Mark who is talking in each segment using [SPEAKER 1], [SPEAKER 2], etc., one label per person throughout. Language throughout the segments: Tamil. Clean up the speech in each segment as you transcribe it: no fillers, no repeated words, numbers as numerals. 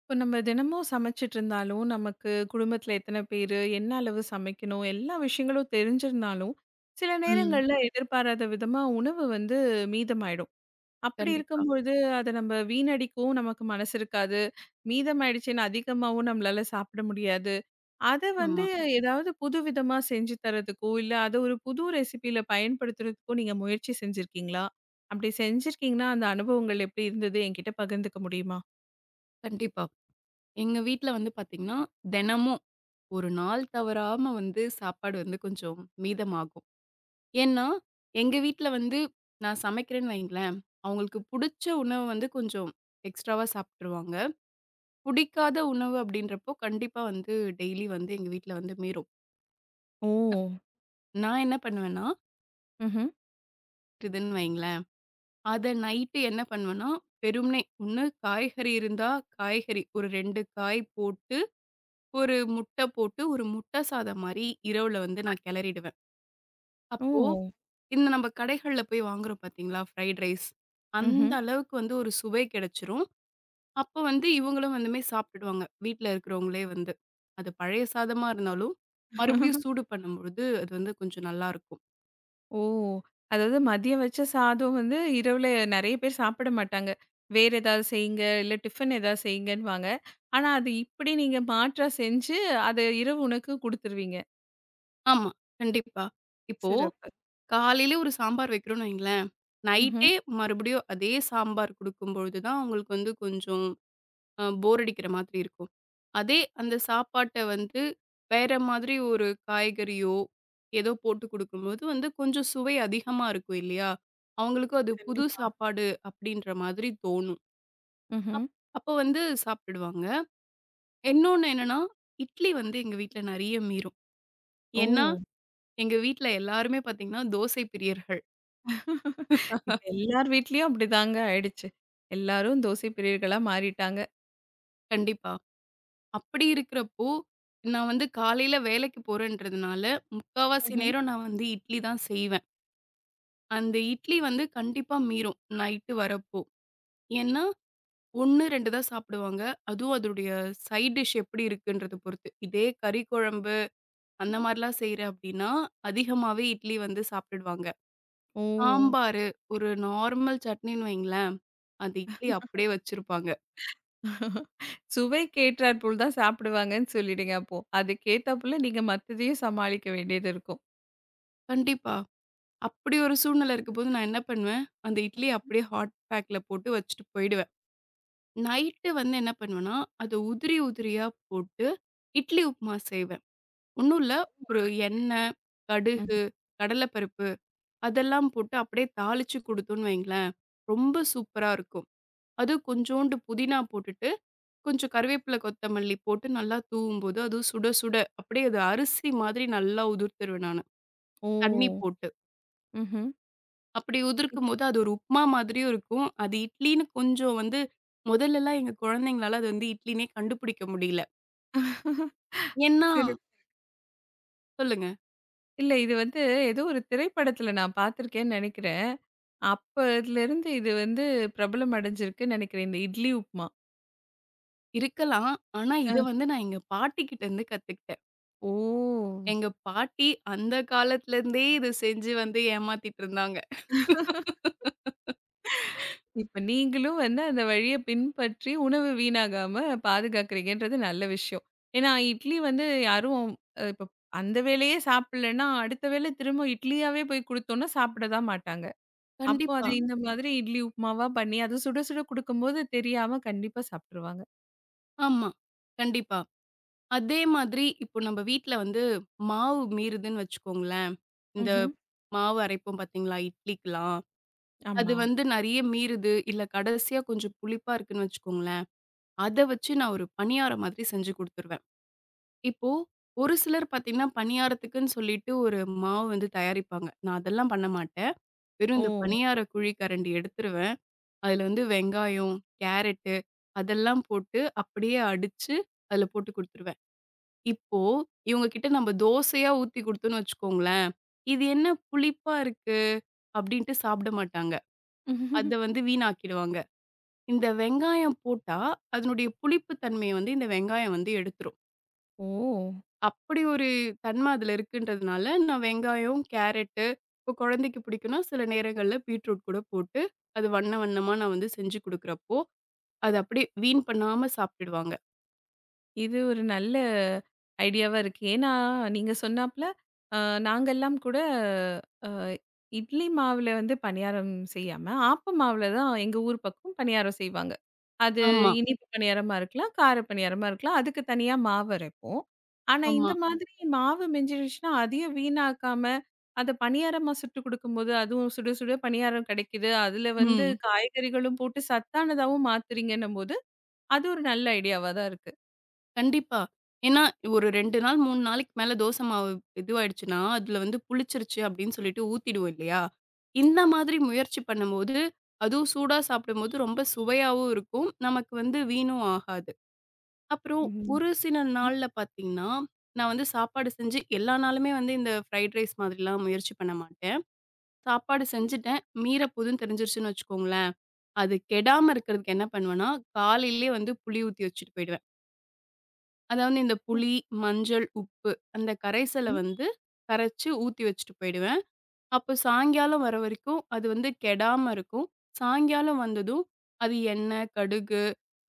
[SPEAKER 1] இப்போ நம்ம தினமும் சமைச்சிட்டு இருந்தாலும் நமக்கு குடும்பத்தில் எத்தனை பேர் என்ன அளவு சமைக்கணும் எல்லா விஷயங்களும் தெரிஞ்சிருந்தாலும் சில
[SPEAKER 2] ம்.
[SPEAKER 1] நேரங்களில் எதிர்பாராத விதமாக உணவு வந்து மீதமாயிடும். அப்படி
[SPEAKER 2] கண்டிப்பா.
[SPEAKER 1] இருக்கும்பொழுது அதை நம்ம வீணடிக்கவும் நமக்கு மனசு இருக்காது. மீதமாயிடுச்சுன்னு அதிகமாகவும் நம்மளால சாப்பிட முடியாது. அதை வந்து
[SPEAKER 2] ஆமா.
[SPEAKER 1] ஏதாவது புது விதமா செஞ்சு தரதுக்கோ இல்லை அதை ஒரு புது ரெசிபியில பயன்படுத்துறதுக்கோ நீங்க முயற்சி செஞ்சிருக்கீங்களா? அப்படி செஞ்சிருக்கீங்கன்னா அந்த அனுபவங்கள் எப்படி இருந்தது என்கிட்ட பகிர்ந்துக்க முடியுமா?
[SPEAKER 2] கண்டிப்பா. எங்க வீட்ல வந்து பாத்தீங்கன்னா, தினமும் ஒரு நாள் தவறாம வந்து சாப்பாடு வந்து கொஞ்சம் மீதமாகும். ஏன்னா, எங்க வீட்ல வந்து நான் சமைக்கிறேன்னு வைங்களேன், அவங்களுக்கு புடிச்ச உணவு வந்து கொஞ்சம் எக்ஸ்ட்ராவா சாப்ட்டுருவாங்க. புடிக்காத உணவு அப்படின்றப்போ கண்டிப்பா வந்து டெய்லி வந்து எங்க வீட்ல வந்து மீறும்.
[SPEAKER 1] ஓ.
[SPEAKER 2] நான் என்ன பண்ணுவேன்னா,
[SPEAKER 1] ம்.
[SPEAKER 2] இதுன்னு வைங்களேன், அத நைட்டு என்ன பண்ணுவேன்னா, வெறுமனே ஒண்ணு காய்கறி இருந்தா, காய்கறி ஒரு 2 காய் போட்டு ஒரு முட்டை போட்டு, ஒரு முட்டை சாதம் மாரி இரவுல வந்து நான் கிளறிடுவேன். அப்போ
[SPEAKER 1] ஓ!
[SPEAKER 2] இந்த நம்ம கடைகள்ல போய் வாங்குறோம் பார்த்தீங்களா? Fried rice. அந்த
[SPEAKER 1] ம்ஹ்ம்.
[SPEAKER 2] அளவுக்கு வந்து ஒரு சுவை கிடைச்சிரும். அப்போ வந்து இவங்களும் வந்துமே சாப்பிட்டுடுவாங்க. வீட்ல இருக்கிறவங்களே வந்து. அது பழைய சாதமா இருந்தாலும், மறுபடியும் சூடு பண்ணும்பொழுது அது வந்து கொஞ்சம் நல்லாருக்கும்.
[SPEAKER 1] ஓ! அதாவது மதியம் வச்ச சாதம் வந்து இரவுல நெறைய பேர் சாப்பிட மாட்டாங்க. வேற ஏதாவது செய்யுங்க, இல்ல டிஃபன் ஏதாவது செய்யுங்கன்னுவாங்க. ஆனா, அது இப்படி நீங்க மாற்றா செஞ்சு, அத இரவு உணவுக்கு குடுத்துருவீங்க.
[SPEAKER 2] ஆமா, கண்டிப்பா. இப்போ
[SPEAKER 1] சிறப்பு.
[SPEAKER 2] காலையில ஒரு சாம்பார் வைக்கிறோம்னு வைங்களேன்,
[SPEAKER 1] ம்ஹ்ம்.
[SPEAKER 2] நைட்டே மறுபடியும் அதே சாம்பார் குடுக்கும்பொழுது தான் அவங்களுக்கு வந்து கொஞ்சம் போர் அடிக்கிற மாதிரி இருக்கும். அதே அந்த சாப்பாட்ட வந்து வேற மாதிரி ஒரு காய்கறியோ, ஏதோ போட்டு குடுக்கும்போது வந்து கொஞ்சம் சுவை அதிகமா இருக்கும் இல்லையா? அவங்களுக்கும் அது புது
[SPEAKER 1] கண்டிப்பா.
[SPEAKER 2] சாப்பாடு அப்படின்ற மாதிரி தோணும்.
[SPEAKER 1] ம்ஹ்ம்.
[SPEAKER 2] அப்போ வந்து சாப்பிடுவாங்க. இன்னொன்னு என்னன்னா, இட்லி வந்து எங்க வீட்ல நெறைய மீறும்.
[SPEAKER 1] ஓ!
[SPEAKER 2] ஏன்னா, எங்க வீட்ல எல்லாருமே பார்த்தீங்கன்னா, தோசை பிரியர்கள்.
[SPEAKER 1] இப்ப எல்லார் வீட்லயும் அப்படிதாங்க ஆயிடுச்சு. எல்லாரும் தோசை பிரியர்களா மாறிட்டாங்க.
[SPEAKER 2] கண்டிப்பா. அப்படி இருக்கிறப்போ, நான் வந்து காலையில வேலைக்கு போறேன்றதுனால, முக்காவாசி
[SPEAKER 1] ம்ஹ்ம்.
[SPEAKER 2] நேரம் நான் வந்து இட்லி தான் செய்வேன். அந்த இட்லி வந்து கண்டிப்பா மீறும் நைட்டு வரப்போ. ஏன்னா, 1, 2 தான் சாப்பிடுவாங்க. அதுவும் அதனுடைய சைட் டிஷ் எப்படி இருக்குன்றத பொறுத்து. இதே கறி குழம்பு அந்த மாரிலாம் செய்றேன் அப்படின்னா, அதிகமாவே இட்லி வந்து சாப்பிட்டுடுவாங்க.
[SPEAKER 1] ஓ!
[SPEAKER 2] சாம்பாரு, ஒரு நார்மல் சட்னின்னு வைங்களேன், அந்த இட்லி அப்படியே வச்சிருப்பாங்க.
[SPEAKER 1] சுவைக்கு ஏற்றார் போல் தான் சாப்பிடுவாங்கன்னு சொல்லிடுங்க அப்போ. அதுக்கேத்தாப்புல நீங்க மத்ததையும் சமாளிக்க வேண்டியது இருக்கும்.
[SPEAKER 2] கண்டிப்பா. அப்படி ஒரு சூழ்நிலை இருக்கும்போது நான் என்ன பண்ணுவேன், அந்த இட்லிய அப்படியே ஹாட் பேக்ல போட்டு வச்சுட்டு போயிடுவேன். நைட்டு வந்து என்ன பண்ணுவேன்னா, அத உதிரி உதிரியா போட்டு இட்லி உப்புமா செய்வேன். ஒண்ணும் இல்ல. ஒரு எண்ணெய்,
[SPEAKER 1] ம்.
[SPEAKER 2] கடுகு, கடலைப்பருப்பு அதெல்லாம் போட்டு அப்படியே தாளிச்சு குடுத்தோம்ன்னு வைங்களேன், ரொம்ப சூப்பரா இருக்கும். அதுவும் கொஞ்சோண்டு புதினா போட்டுட்டு, கொஞ்சம் கருவேப்பிலை, கொத்தமல்லி போட்டு நல்லா தூவும்போது, அதுவும் சுட சுட அப்படியே அது அரிசி மாதிரி நல்லா உதிர்த்துருவேன் நானு,
[SPEAKER 1] ஓ!
[SPEAKER 2] தண்ணி போட்டு.
[SPEAKER 1] ம்ஹ்ம்.
[SPEAKER 2] அப்படி உதிர்க்கும்போது அது ஒரு உப்புமா மாதிரியும் இருக்கும். அது இட்லின்னு கொஞ்சம் வந்து முதல்லலாம் எங்க குழந்தைங்களால அது வந்து இட்லின்னே கண்டுபிடிக்க முடியல. ஏன்னா
[SPEAKER 1] சரி.
[SPEAKER 2] சொல்லுங்க.
[SPEAKER 1] இல்ல இது வந்து ஏதோ ஒரு திரைப்படத்துல நான் பார்த்துருக்கேன்னு நெனைக்கிறேன். அப்ப இதுலருந்து இது வந்து பிரபலம் அடைஞ்சிருக்குன்னு நெனைக்கிறேன். இந்த இட்லி உப்புமா.
[SPEAKER 2] இருக்கலாம். ஆனா
[SPEAKER 1] அ.
[SPEAKER 2] இத வந்து நான் எங்க பாட்டிகிட்ட இருந்து கத்துக்கிட்டேன்.
[SPEAKER 1] ஓ!
[SPEAKER 2] எங்க பாட்டி அந்த காலத்துல இருந்தே இத செஞ்சு வந்து ஏமாத்திட்டு இருந்தாங்க.
[SPEAKER 1] இப்ப நீங்களும் வந்து அந்த வழிய பின்பற்றி உணவு வீணாகாம பாதுகாக்கிறீங்கன்றது நல்ல விஷயம். ஏன்னா இட்லி வந்து யாரும் இப்ப அந்த வேளையே சாப்பிடலன்னா, அடுத்த வேளை திரும்ப இட்லியாவே போய் குடுத்தோம்னா சாப்பிட தான் மாட்டாங்க. அப்போ அத
[SPEAKER 2] கண்டிப்பா.
[SPEAKER 1] இந்த மாதிரி இட்லி உப்புமாவா பண்ணி, அது சுட சுட குடுக்கும்போது தெரியாம கண்டிப்பா சாப்ட்டுருவாங்க.
[SPEAKER 2] ஆமா. கண்டிப்பா. அதே மாதிரி இப்போ நம்ம வீட்ல வந்து மாவு மீறுதுன்னு வச்சுக்கோங்களேன். இந்த
[SPEAKER 1] ம்ஹ்ம்.
[SPEAKER 2] மாவு அரைப்போம் பார்த்தீங்களா? இட்லிக்கலாம். அது
[SPEAKER 1] ஆமா.
[SPEAKER 2] வந்து நெறைய மீறுது, இல்ல கடைசியா கொஞ்சம் புளிப்பா இருக்குன்னு வச்சுக்கோங்களேன். அத வச்சு நான் ஒரு பணியாரம் மாதிரி செஞ்சு குடுத்துருவேன். இப்போ ஒரு சிலர் பார்த்தீங்கன்னா, பணியாரத்துக்குன்னு சொல்லிட்டு ஒரு மாவு வந்து தயாரிப்பாங்க. நான் அதெல்லாம் பண்ண மாட்டேன். வெறும்
[SPEAKER 1] ஓ!
[SPEAKER 2] இந்த பணியார குழி கரண்டி எடுத்துருவேன். அதுல வந்து வெங்காயம், கேரட்டு அதெல்லாம் போட்டு அப்படியே அடிச்சு அதுல போட்டு குடுத்துருவேன். இப்போ இவங்க கிட்ட நம்ம தோசையா ஊத்தி குடுத்தோம்ன்னு வச்சுக்கோங்களேன், "இது என்ன புளிப்பா இருக்கு" அப்படின்ட்டு சாப்பிட மாட்டாங்க. அத வந்து வீணாக்கிடுவாங்க. இந்த வெங்காயம் போட்டா அதனுடைய புளிப்பு தன்மைய வந்து இந்த வெங்காயம் வந்து எடுத்துரும்.
[SPEAKER 1] ஓ!
[SPEAKER 2] அப்படி ஒரு தன்மை அதுல இருக்குன்றதுனால நான் வெங்காயம், கேரட்டு இப்போ குழந்தைக்கு பிடிக்கும்னா சில நேரங்கள்ல பீட்ரூட் கூட போட்டு அது வண்ண வண்ணமா நான் வந்து செஞ்சு குடுக்குறப்போ, அது அப்படியே வீண் பண்ணாம சாப்பிட்டுடுவாங்க.
[SPEAKER 1] இது ஒரு நல்ல ஐடியாவா இருக்கு. ஏன்னா, நீங்க சொன்னாப்ல, அ நாங்கெல்லாம் கூட அ இட்லி மாவுல வந்து பணியாரம் செய்யாம, ஆப்ப மாவுல தான் எங்க ஊர் பக்கம் பணியாரம் செய்வாங்க. அது
[SPEAKER 2] ஆமா,
[SPEAKER 1] இனிப்பு பணியாரமா இருக்கலாம், கார பணியாரமா இருக்கலாம். அதுக்கு தனியா மாவு அரைப்போம். ஆனா, இந்த
[SPEAKER 2] ஆமா.
[SPEAKER 1] மாதிரி மாவு மிஞ்சிடுச்சுன்னா, அதையும் வீணாக்காம, அத பணியாரமா சுட்டு குடுக்கும்போது, அதுவும் சுட சுட பணியாரம் கிடைக்குது. அதுல வந்து
[SPEAKER 2] ம்.
[SPEAKER 1] காய்கறிகளும் போட்டு சத்தானதாவும் மாத்துறீங்கன்னும்போது, அது ஒரு நல்ல ஐடியாவா தான்
[SPEAKER 2] கண்டிப்பா. ஏன்னா ஒரு 2 நாள் 3 நாளைக்கு மேல தோசை மாவு இதுவாயிடுச்சுன்னா, அதுல வந்து புளிச்சிருச்சு அப்படின்னு சொல்லிட்டு ஊத்திடுவோம் இல்லையா? இந்த மாதிரி முயற்சி பண்ணும்போது, அதுவும் சூடா சாப்பிடும்போது ரொம்ப சுவையாவும் இருக்கும். நமக்கு வந்து வீணும் ஆகாது. அப்புறம்
[SPEAKER 1] இருக்கு.
[SPEAKER 2] ஒரு சில நாள்ல பார்த்தீங்கன்னா, நான் வந்து சாப்பாடு செஞ்சு எல்லா நாளுமே வந்து இந்த ஃப்ரைட் ரைஸ் மாதிரிலாம் முயற்சி பண்ண மாட்டேன். சாப்பாடு செஞ்சுட்டேன். மீற போதுன்னு தெரிஞ்சிருச்சுன்னு வச்சுக்கோங்களேன். அது கெடாம இருக்கிறதுக்கு என்ன பண்ணுவேன்னா, காலையிலேயே வந்து புளி ஊத்தி வச்சுட்டு போயிடுவேன். அதாவது இந்த புளி, மஞ்சள், உப்பு அந்த கரைசல
[SPEAKER 1] ம்ஹ்ம்.
[SPEAKER 2] வந்து கரைச்சு ஊத்தி வச்சுட்டு போயிடுவேன். அப்போ சாயங்காலம் வர வரைக்கும் அது வந்து கெடாம இருக்கும். சாயங்காலம் வந்ததும் அது எண்ணெய், கடுகு,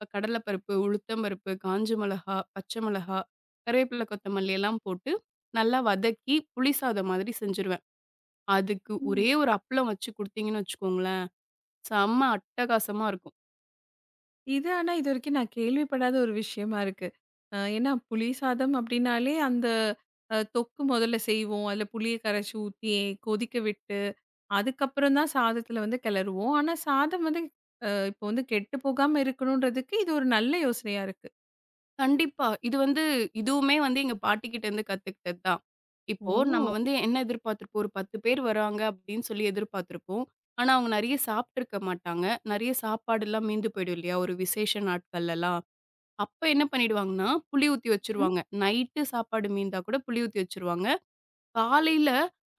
[SPEAKER 2] கடலைப்பருப்பு, உளுத்தம் பருப்பு, காஞ்ச மிளகா, பச்சை மிளகா, கருவேப்பிலை, கொத்தமல்லி எல்லாம் போட்டு நல்லா வதக்கி புளி சாதம் மாதிரி செஞ்சுருவேன். அதுக்கு
[SPEAKER 1] ம்.
[SPEAKER 2] ஒரே ஒரு அப்பளம் வச்சு குடுத்தீங்கன்னு வச்சுக்கோங்களேன் செம்ம அட்டகாசமா இருக்கும்.
[SPEAKER 1] இது ஆனா இதுவரைக்கும் நான் கேள்விப்படாத ஒரு விஷயமா இருக்கு. ஏன்னா புளி சாதம் அப்டின்னாலே அந்த தொக்கு முதல்ல செய்வோம். அதுல புளிய கரைச்சு ஊத்தி கொதிக்க விட்டு, அதுக்கப்புறம் தான் சாதத்துல வந்து கிளறுவோம். ஆனா சாதம் வந்து இப்போ வந்து கெட்டு போகாம இருக்கணுன்றதுக்கு இது ஒரு நல்ல யோசனையா இருக்கு.
[SPEAKER 2] கண்டிப்பா. இது வந்து இதுவுமே வந்து எங்க பாட்டிகிட்ட இருந்து கத்துக்கிட்டது தான். இப்போ நம்ம
[SPEAKER 1] ஓ!
[SPEAKER 2] வந்து என்ன எதிர்பார்த்திருப்போம், ஒரு 10 பேர் வராங்க அப்படின்னு சொல்லி எதிர்பார்த்திருப்போம். ஆனா, அவங்க நெறைய சாப்பிட்டுருக்க மாட்டாங்க. நெறைய சாப்பாடுலாம் மீந்து போயிடும் இல்லையா? ஒரு விசேஷ நாட்கள்லலாம். அப்ப என்ன பண்ணிடுவாங்கன்னா, புளி ஊத்தி
[SPEAKER 1] ம்.
[SPEAKER 2] வச்சுருவாங்க. நைட்டு சாப்பாடு மீந்தா கூட புளி ஊத்தி வச்சுருவாங்க. காலையில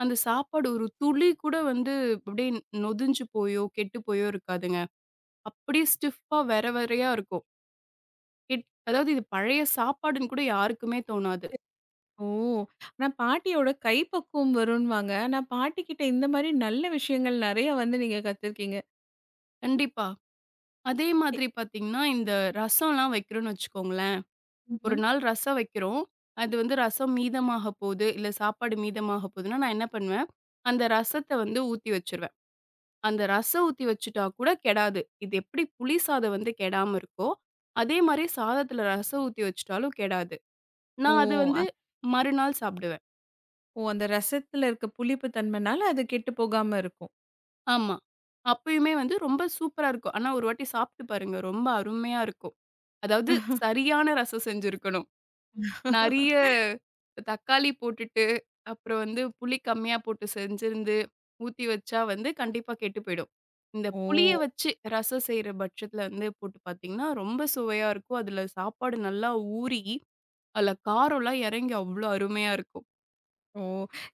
[SPEAKER 2] அந்த சாப்பாடு ஒரு துளி கூட வந்து அப்படியே நொதிஞ்சு போயோ, கெட்டு போயோ இருக்காதுங்க. அப்படியே ஸ்டிஃப்பா வெரையா இருக்கும். அதாவது இது பழைய சாப்பாடுன்னு கூட யாருக்குமே தோணாது.
[SPEAKER 1] ஓ! ஆனா பாட்டியோட கைப்பக்குவம் வரும்வாங்க. நான் பாட்டிக்கிட்ட இந்த மாரி நல்ல விஷயங்கள் நெறைய வந்து நீங்க கத்துருக்கீங்க.
[SPEAKER 2] கண்டிப்பா. அதே
[SPEAKER 1] எ
[SPEAKER 2] மாதிரி பார்த்தீங்கன்னா, இந்த ரசம்லாம் வைக்கிறோம்ன்னு வச்சுக்கோங்களேன். ஒரு
[SPEAKER 1] ம்ஹ்ம்.
[SPEAKER 2] நாள் ரசம் வைக்கிறோம். அது வந்து ரசம் மீதமாக போது, இல்ல சாப்பாடு மீதமாக போதுன்னா, நான் என்ன பண்ணுவேன், அந்த ரசத்த வந்து ஊத்தி வச்சுருவேன். அந்த ரசம் ஊத்தி வச்சுட்டா கூட கெடாது. இது எப்படி புளி சாதம் வந்து கெடாம இருக்கோ, அதே மாரி சாதத்துல ரசம் ஊத்தி வச்சுட்டாலும் கெடாது.
[SPEAKER 1] ஓ!
[SPEAKER 2] நான் அது வந்து மறுநாள் சாப்பிடுவேன்.
[SPEAKER 1] ஓ! அந்த ரசத்துல இருக்க புளிப்பு தன்மைனால அது கெட்டு போகாம இருக்கும்.
[SPEAKER 2] ஆமா. அப்பயுமே வந்து ரொம்ப சூப்பரா இருக்கும். ஆனா ஒரு வாட்டி சாப்பிட்டு பாருங்க. ரொம்ப அருமையா இருக்கும். அதாவது சரியான ரசம் செஞ்சிருக்கணும். நெறைய தக்காளி போட்டுட்டு, அப்புறம் வந்து புளி கம்மியா போட்டு செஞ்சிருந்து, ஊத்தி வச்சா வந்து கண்டிப்பா கெட்டு போயிடும். இந்த
[SPEAKER 1] ஓ!
[SPEAKER 2] புளிய வச்சு ரசம் செய்ற பட்சத்துல வந்து போட்டு பார்த்தீங்கன்னா, ரொம்ப சுவையா இருக்கும். அதுல சாப்பாடு நல்லா ஊறி, அதுல காரம்லாம் இறங்கி அவ்ளோ அருமையா இருக்கும்.
[SPEAKER 1] ஓ!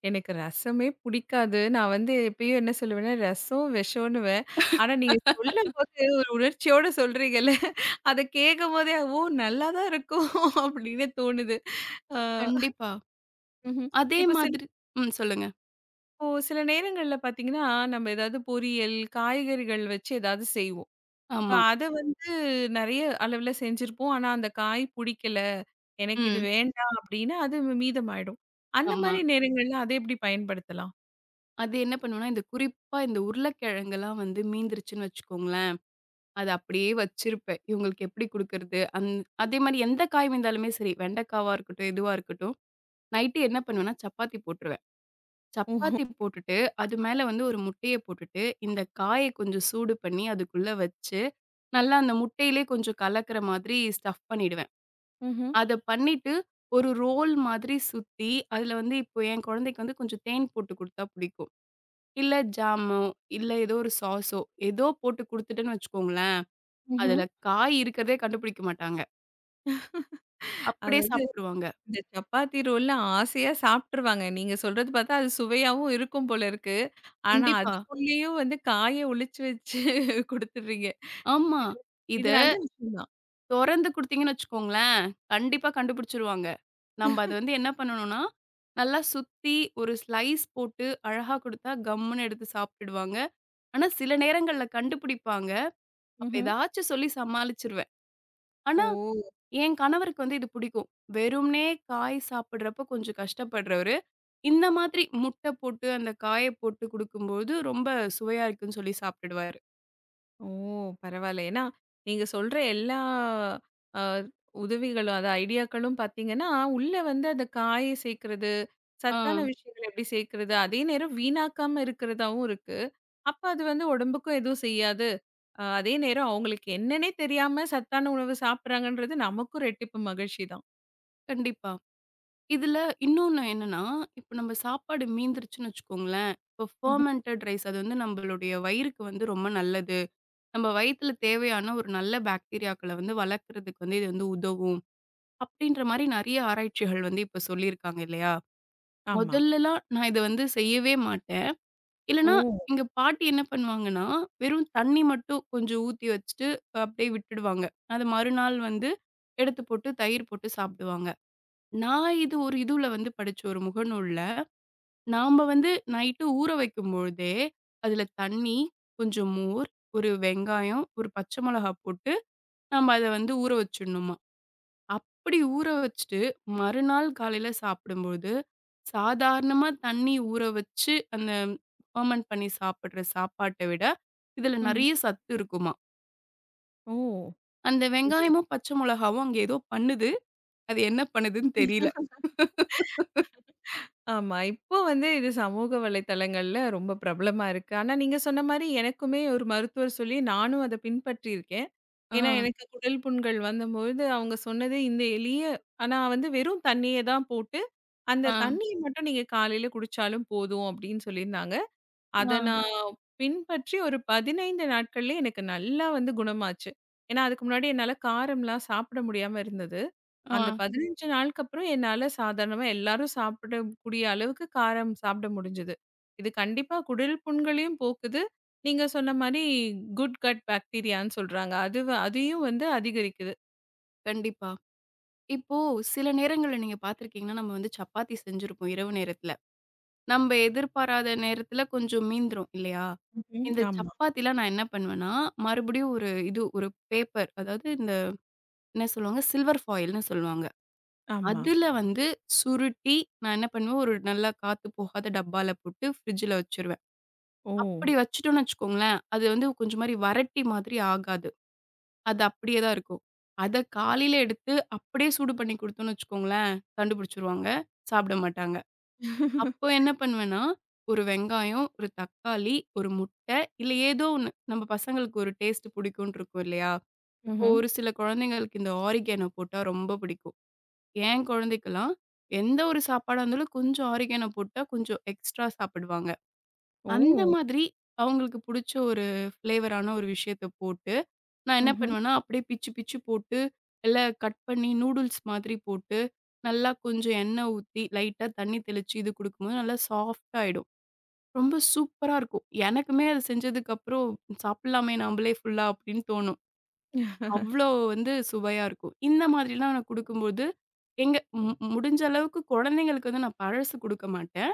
[SPEAKER 1] எனக்கு ரசமே புடிக்காது. நான் வந்து எப்பயும் என்ன சொல்லுவேன்னா, ரசம் விஷம்ன்னுவேன். ஆனா நீங்க சொல்லும்போது ஒரு உணர்ச்சியோட சொல்றீங்கல்ல, அத கேட்கும்போதே, ஓ! நல்லா தான் இருக்கும் அப்படின்னு தோணுது. ஆ.
[SPEAKER 2] கண்டிப்பா.
[SPEAKER 1] ம்ஹ்ம்.
[SPEAKER 2] அதே
[SPEAKER 1] இப்போ சில
[SPEAKER 2] மாதிரி ம். சொல்லுங்க.
[SPEAKER 1] இப்போ சில நேரங்கள்ல பார்த்தீங்கன்னா, நம்ம ஏதாவது பொரியல், காய்கறிகள் வச்சு ஏதாவது செய்வோம். இப்ப
[SPEAKER 2] ஆமா.
[SPEAKER 1] அத வந்து நெறைய அளவுல செஞ்சிருப்போம். ஆனா, அந்த காய் புடிக்கல. எனக்கு இது
[SPEAKER 2] ம்.
[SPEAKER 1] வேண்டாம் அப்டின்னா, அது மீதமாயிடும். அந்த
[SPEAKER 2] ஆமா.
[SPEAKER 1] மாரி நேரங்கள்ல அத எப்டி பயன்படுத்தலாம்?
[SPEAKER 2] அது என்ன பண்ணுவேன்னா, இந்த குறிப்பா இந்த உருளைக்கிழங்கெல்லாம் வந்து மீந்துருச்சுன்னு வச்சுக்கோங்களேன், அத அப்படியே வச்சிருப்பேன். இவங்களுக்கு எப்படி குடுக்கறது? அதே மாரி எந்த காய் மீந்தாலுமே சரி, வெண்டைக்காவா இருக்கட்டும், எதுவா இருக்கட்டும், நைட்டு என்ன பண்ணுவேன்னா, சப்பாத்தி போட்டுருவேன்.
[SPEAKER 1] ம்ஹ்ம்,
[SPEAKER 2] சப்பாத்தி போட்டுட்டு, அது மேல வந்து ஒரு முட்டைய போட்டுட்டு, இந்த காய கொஞ்சம் சூடு பண்ணி அதுக்குள்ள வச்சு, நல்லா அந்த முட்டையிலே கொஞ்சம் கலக்கிற மாதிரி ஸ்டஃப் பண்ணிடுவேன்.
[SPEAKER 1] ம்ஹ்ம்,
[SPEAKER 2] அத பண்ணிட்டு, ஒரு ரோல் மாதிரி சுத்தி, அதுல வந்து இப்போ என் குழந்தைக்கு வந்து கொஞ்சம் தேன் போட்டு குடுத்தா புடிக்கும். இல்ல ஜாமோ, இல்ல ஏதோ ஒரு சாஸோ, ஏதோ போட்டு குடுத்துட்டேன்னு வச்சுக்கோங்களேன்,
[SPEAKER 1] ம்ஹ்ம்.
[SPEAKER 2] அதுல காய் இருக்கிறதே கண்டுபிடிக்க மாட்டாங்க. அப்படியே
[SPEAKER 1] அதாவது
[SPEAKER 2] சாப்ட்டுருவாங்க.
[SPEAKER 1] இந்த சப்பாத்தி ரோல்ல ஆசையா சாப்ட்டுருவாங்க. நீங்க சொல்றது பார்த்தா அது சுவையாவும் இருக்கும் போல இருக்கு. ஆனா,
[SPEAKER 2] கண்டிப்பா.
[SPEAKER 1] அதுக்குள்ளேயும் வந்து காய ஒளிச்சு வச்சு குடுத்துடுறீங்க.
[SPEAKER 2] ஆமா.
[SPEAKER 1] இது
[SPEAKER 2] இத
[SPEAKER 1] இது நல்ல விஷயம் தான்.
[SPEAKER 2] தொறந்து குடுத்தீங்கன்னு வச்சுக்கோங்களேன், கண்டிப்பா கண்டுபிடிச்சுருவாங்க. நம்ப அத வந்து என்ன பண்ணணும்னா, நல்லா சுத்தி ஒரு ஸ்லைஸ் போட்டு அழகா குடுத்தா கம்முன்னு எடுத்து சாப்ட்டுடுவாங்க. ஆனா சில நேரங்கள்ல கண்டுபிடிப்பாங்க. அப்ப
[SPEAKER 1] ம்ஹ்ம்.
[SPEAKER 2] ஏதாச்சும் சொல்லி சமாளிச்சுருவேன்.
[SPEAKER 1] ஓ!
[SPEAKER 2] ஆனா என் கணவருக்கு வந்து இது பிடிக்கும். வெறுமனே காய் சாப்பிடுறப்ப கொஞ்சம் கஷ்டப்படுறவரு. இந்த மாதிரி முட்ட போட்டு, அந்த காய போட்டு குடுக்கும்போது, ரொம்ப சுவையா இருக்குன்னு சொல்லி சாப்ட்டுடுவாரு.
[SPEAKER 1] ஓ! பரவால்ல. ஏன்னா, நீங்க சொல்ற எல்லா அ உதவிகளும், அது ஐடியாக்களும் பார்த்தீங்கன்னா, உள்ள வந்து அந்த காய சேர்க்கிறது,
[SPEAKER 2] ஆ,
[SPEAKER 1] சத்தான விஷயங்கள எப்படி சேர்க்கிறது, அதே நேரம் வீணாக்காம இருக்கிறதாவும் இருக்கு. அப்ப அது வந்து உடம்புக்கும் எதுவும் செய்யாது. அதே நேரம் அவங்களுக்கு என்னன்னே தெரியாம சத்தான உணவு சாப்பிடுறாங்கன்றது நமக்கும் ரெட்டிப்பு மகிழ்ச்சி தான்.
[SPEAKER 2] கண்டிப்பா. இதுல இன்னொன்னு என்னன்னா, இப்ப நம்ம சாப்பாடு மீந்துருச்சுன்னு வச்சுக்கோங்களேன், இப்போ
[SPEAKER 1] ம்ஹ்ம்.
[SPEAKER 2] ஃபெர்மென்டட் ரைஸ் அது வந்து நம்பளுடைய வயிறுக்கு வந்து ரொம்ப நல்லது. நம்ம வயித்துல தேவையான ஒரு நல்ல பாக்டீரியாக்கள வந்து வளர்க்கறதுக்கு வந்து இது வந்து உதவும். அப்டின்ற மாரி நெறைய ஆராய்ச்சிகள் வந்து இப்ப சொல்லியிருக்காங்க இல்லையா?
[SPEAKER 1] ஆமா.
[SPEAKER 2] முதல்லலாம் நான் இத வந்து செய்யவே மாட்டேன்.
[SPEAKER 1] ஓ!
[SPEAKER 2] இல்லன்னா, எங்க பாட்டி என்ன பண்ணுவாங்கன்னா, வெறும் தண்ணி மட்டும் கொஞ்சம் ஊத்தி வச்சுட்டு, அப்படியே விட்டுடுவாங்க. அது மறுநாள் வந்து எடுத்து போட்டு தயிர் போட்டு சாப்பிடுவாங்க. நான் இது ஒரு இதுல வந்து படிச்ச ஒரு முகநூல்ல, நாம வந்து நைட்டு ஊற வைக்கும்பொழுதே, அதுல தண்ணி, கொஞ்சம் மோர், ஒரு வெங்காயம், ஒரு பச்சை மிளகா போட்டு, நம்ம அத வந்து ஊற வச்சுடணுமா. அப்படி ஊற வச்சுட்டு, மறுநாள் காலையில சாப்பிடும்போது சாதாரணமா தண்ணி ஊற வச்சு, அந்த ஃபெர்மெண்ட் பண்ணி சாப்பிடுற சாப்பாட்ட விட, இதுல
[SPEAKER 1] ம்ஹ்ம்.
[SPEAKER 2] நெறைய சத்து இருக்குமாம்.
[SPEAKER 1] ஓ!
[SPEAKER 2] அந்த
[SPEAKER 1] இது
[SPEAKER 2] வெங்காயமும், பச்சை மொளகாவும் அங்க ஏதோ பண்ணுது. அது என்ன பண்ணுதுன்னு தெரியல.
[SPEAKER 1] ஆமா. இப்போ வந்து இது சமூக வலைத்தளங்கள்ல ரொம்ப பிரபலமா இருக்கு. ஆனா நீங்க சொன்ன மாரி எனக்குமே ஒரு மருத்துவர் சொல்லி நானும் அத பின்பற்றியிருக்கேன்.
[SPEAKER 2] ஆ,
[SPEAKER 1] ஏன்னா எனக்கு குடல் புண்கள் வந்தபொழுது அவங்க சொன்னது இந்த எளிய ஆனா வந்து வெறும் தண்ணிய தான் போட்டு அந்த
[SPEAKER 2] ஆ,
[SPEAKER 1] தண்ணிய மட்டும் நீங்க காலையில குடிச்சாலும் போதும் அப்படின்னு சொல்லியிருந்தாங்க. அத
[SPEAKER 2] ஆ,
[SPEAKER 1] நான் பின்பற்றி ஒரு 15 நாட்கள்லயே எனக்கு நல்லா வந்து குணமாச்சு. ஏன்னா, அதுக்கு முன்னாடி என்னால காரம்லாம் சாப்பிட முடியாம இருந்தது. அந்த
[SPEAKER 2] ஆ.
[SPEAKER 1] 15 நாளுக்கு அப்புறம் என்னால சாதாரணமா எல்லாரும் சாப்பிடக்கூடிய அளவுக்கு காரம் சாப்பிட முடிஞ்சது. இது கண்டிப்பா குடல் புண்களையும் போக்குது. நீங்க சொன்ன மாரி குட் கட் பாக்டீரியான்னு சொல்றாங்க. அதையும் வந்து அதிகரிக்குது.
[SPEAKER 2] கண்டிப்பா. இப்போ சில நேரங்கள்ல நீங்க பார்த்திருக்கீங்கன்னா, நம்ம வந்து சப்பாத்தி செஞ்சிருப்போம் இரவு நேரத்துல. நம்ப எதிர்பாராத நேரத்துல கொஞ்சம் மீந்துரும் இல்லையா?
[SPEAKER 1] ம்ஹ்ம்.
[SPEAKER 2] இந்த சப்பாத்திலாம் நான் என்ன பண்ணுவேன்னா, மறுபடியும் ஒரு இது ஒரு பேப்பர் அதாவது இந்த என்ன சொல்லுவாங்க? சில்வர் ஃபாயில்ன்னு சொல்லுவாங்க.
[SPEAKER 1] ஆமா.
[SPEAKER 2] அதுல வந்து சுருட்டி நான் என்ன பண்ணுவேன், ஒரு நல்லா காத்து போகாத டப்பால போட்டு ஃப்ரிட்ஜ்ல வச்சுருவேன்.
[SPEAKER 1] ஓ!
[SPEAKER 2] அப்படி வச்சுட்டோம்னு வச்சுக்கோங்களேன், அது வந்து கொஞ்சம் மாரி வறட்டி மாதிரி ஆகாது. அது அப்படியே தான் இருக்கும். அத காலையில எடுத்து அப்படியே சூடு பண்ணி குடுத்தோம்னு வச்சுக்கோங்களேன், கண்டுபிடிச்சுருவாங்க. சாப்பிட மாட்டாங்க. அப்போ என்ன பண்ணுவேன்னா, ஒரு வெங்காயம், ஒரு தக்காளி, ஒரு முட்டை இல்ல ஏதோ ஒண்ணு நம்ம பசங்களுக்கு ஒரு டேஸ்ட் பிடிக்கும்னு இருக்கும் இல்லையா? இப்போ
[SPEAKER 1] ம்ஹ்ம்.
[SPEAKER 2] ஒரு சில குழந்தைங்களுக்கு இந்த ஆரிகேனோ போட்டா ரொம்ப பிடிக்கும். என் குழந்தைக்கெல்லாம் எந்த ஒரு சாப்பாடா இருந்தாலும் கொஞ்சம் ஆரிகானோ போட்டா கொஞ்சம் எக்ஸ்ட்ரா சாப்பிடுவாங்க. அந்த
[SPEAKER 1] ஓ!
[SPEAKER 2] மாதிரி அவங்களுக்கு புடிச்ச ஒரு ஃப்ளேவரான ஒரு விஷயத்த போட்டு, நான் என்ன
[SPEAKER 1] ம்ஹ்ம்.
[SPEAKER 2] பண்ணுவேன்னா, அப்படியே பிச்சு பிச்சு போட்டு, எல்லாம் கட் பண்ணி நூடுல்ஸ் மாதிரி போட்டு, நல்லா கொஞ்சம் எண்ணெய் ஊத்தி, லைட்டா தண்ணி தெளிச்சு இது குடுக்கும்போது நல்லா சாஃப்ட்டா ஆயிடும். ரொம்ப சூப்பரா இருக்கும். எனக்குமே அது செஞ்சதுக்கப்புறம் சாப்பிடலாமே நம்பளே ஃபுல்லா அப்படின்னு தோணும். அவ்ளோ வந்து சுவையா இருக்கும். இந்த மாதிரிலாம் நான் குடுக்கும்போது, எங்க முடிஞ்ச அளவுக்கு குழந்தைங்களுக்கு வந்து நான் பழசு குடுக்க மாட்டேன்.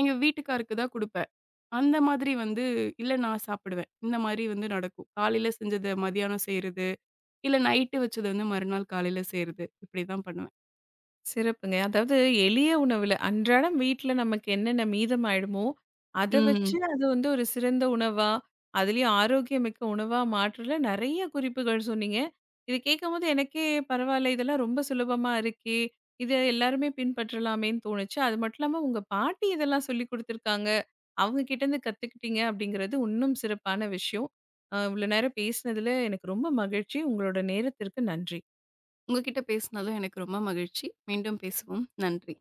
[SPEAKER 2] எங்க வீட்டுக்காருக்கு தான் குடுப்பேன். அந்த மாதிரி வந்து இல்ல நான் சாப்பிடுவேன். இந்த மாதிரி வந்து நடக்கும். காலையில செஞ்சத மதியானம் செய்றது, இல்ல நைட்டு வச்சத வந்து மறுநாள் காலையில செய்றது. இப்படி தான் பண்ணுவேன்.
[SPEAKER 1] சிறப்புங்க. அதாவது எளிய உணவுல அன்றாடம் வீட்ல நமக்கு என்னென்ன மீதமாயிடுமோ, அத வச்சு
[SPEAKER 2] ம்.
[SPEAKER 1] அது வந்து ஒரு சிறந்த உணவா, அதுலயும் ஆரோக்கியமிக்க உணவா மாற்றல நெறைய குறிப்புகள் சொன்னீங்க. இது கேட்கும்போது எனக்கே பரவால்ல இதெல்லாம் ரொம்ப சுலபமா இருக்கே! இத எல்லாருமே பின்பற்றலாமேன்னு தோணுச்சு. அது மட்டும் இல்லாம உங்க பாட்டி இதெல்லாம் சொல்லிக் குடுத்துருக்காங்க. அவங்க கிட்டேருந்து கத்துக்கிட்டீங்க அப்படிங்கிறது இன்னும் சிறப்பான விஷயம். இவ்ளோ நேரம் பேசினதுல எனக்கு ரொம்ப மகிழ்ச்சி. உங்களோட நேரத்திற்கு நன்றி.
[SPEAKER 2] உங்ககிட்ட பேசினதும் எனக்கு ரொம்ப மகிழ்ச்சி. மீண்டும் பேசுவோம். நன்றி.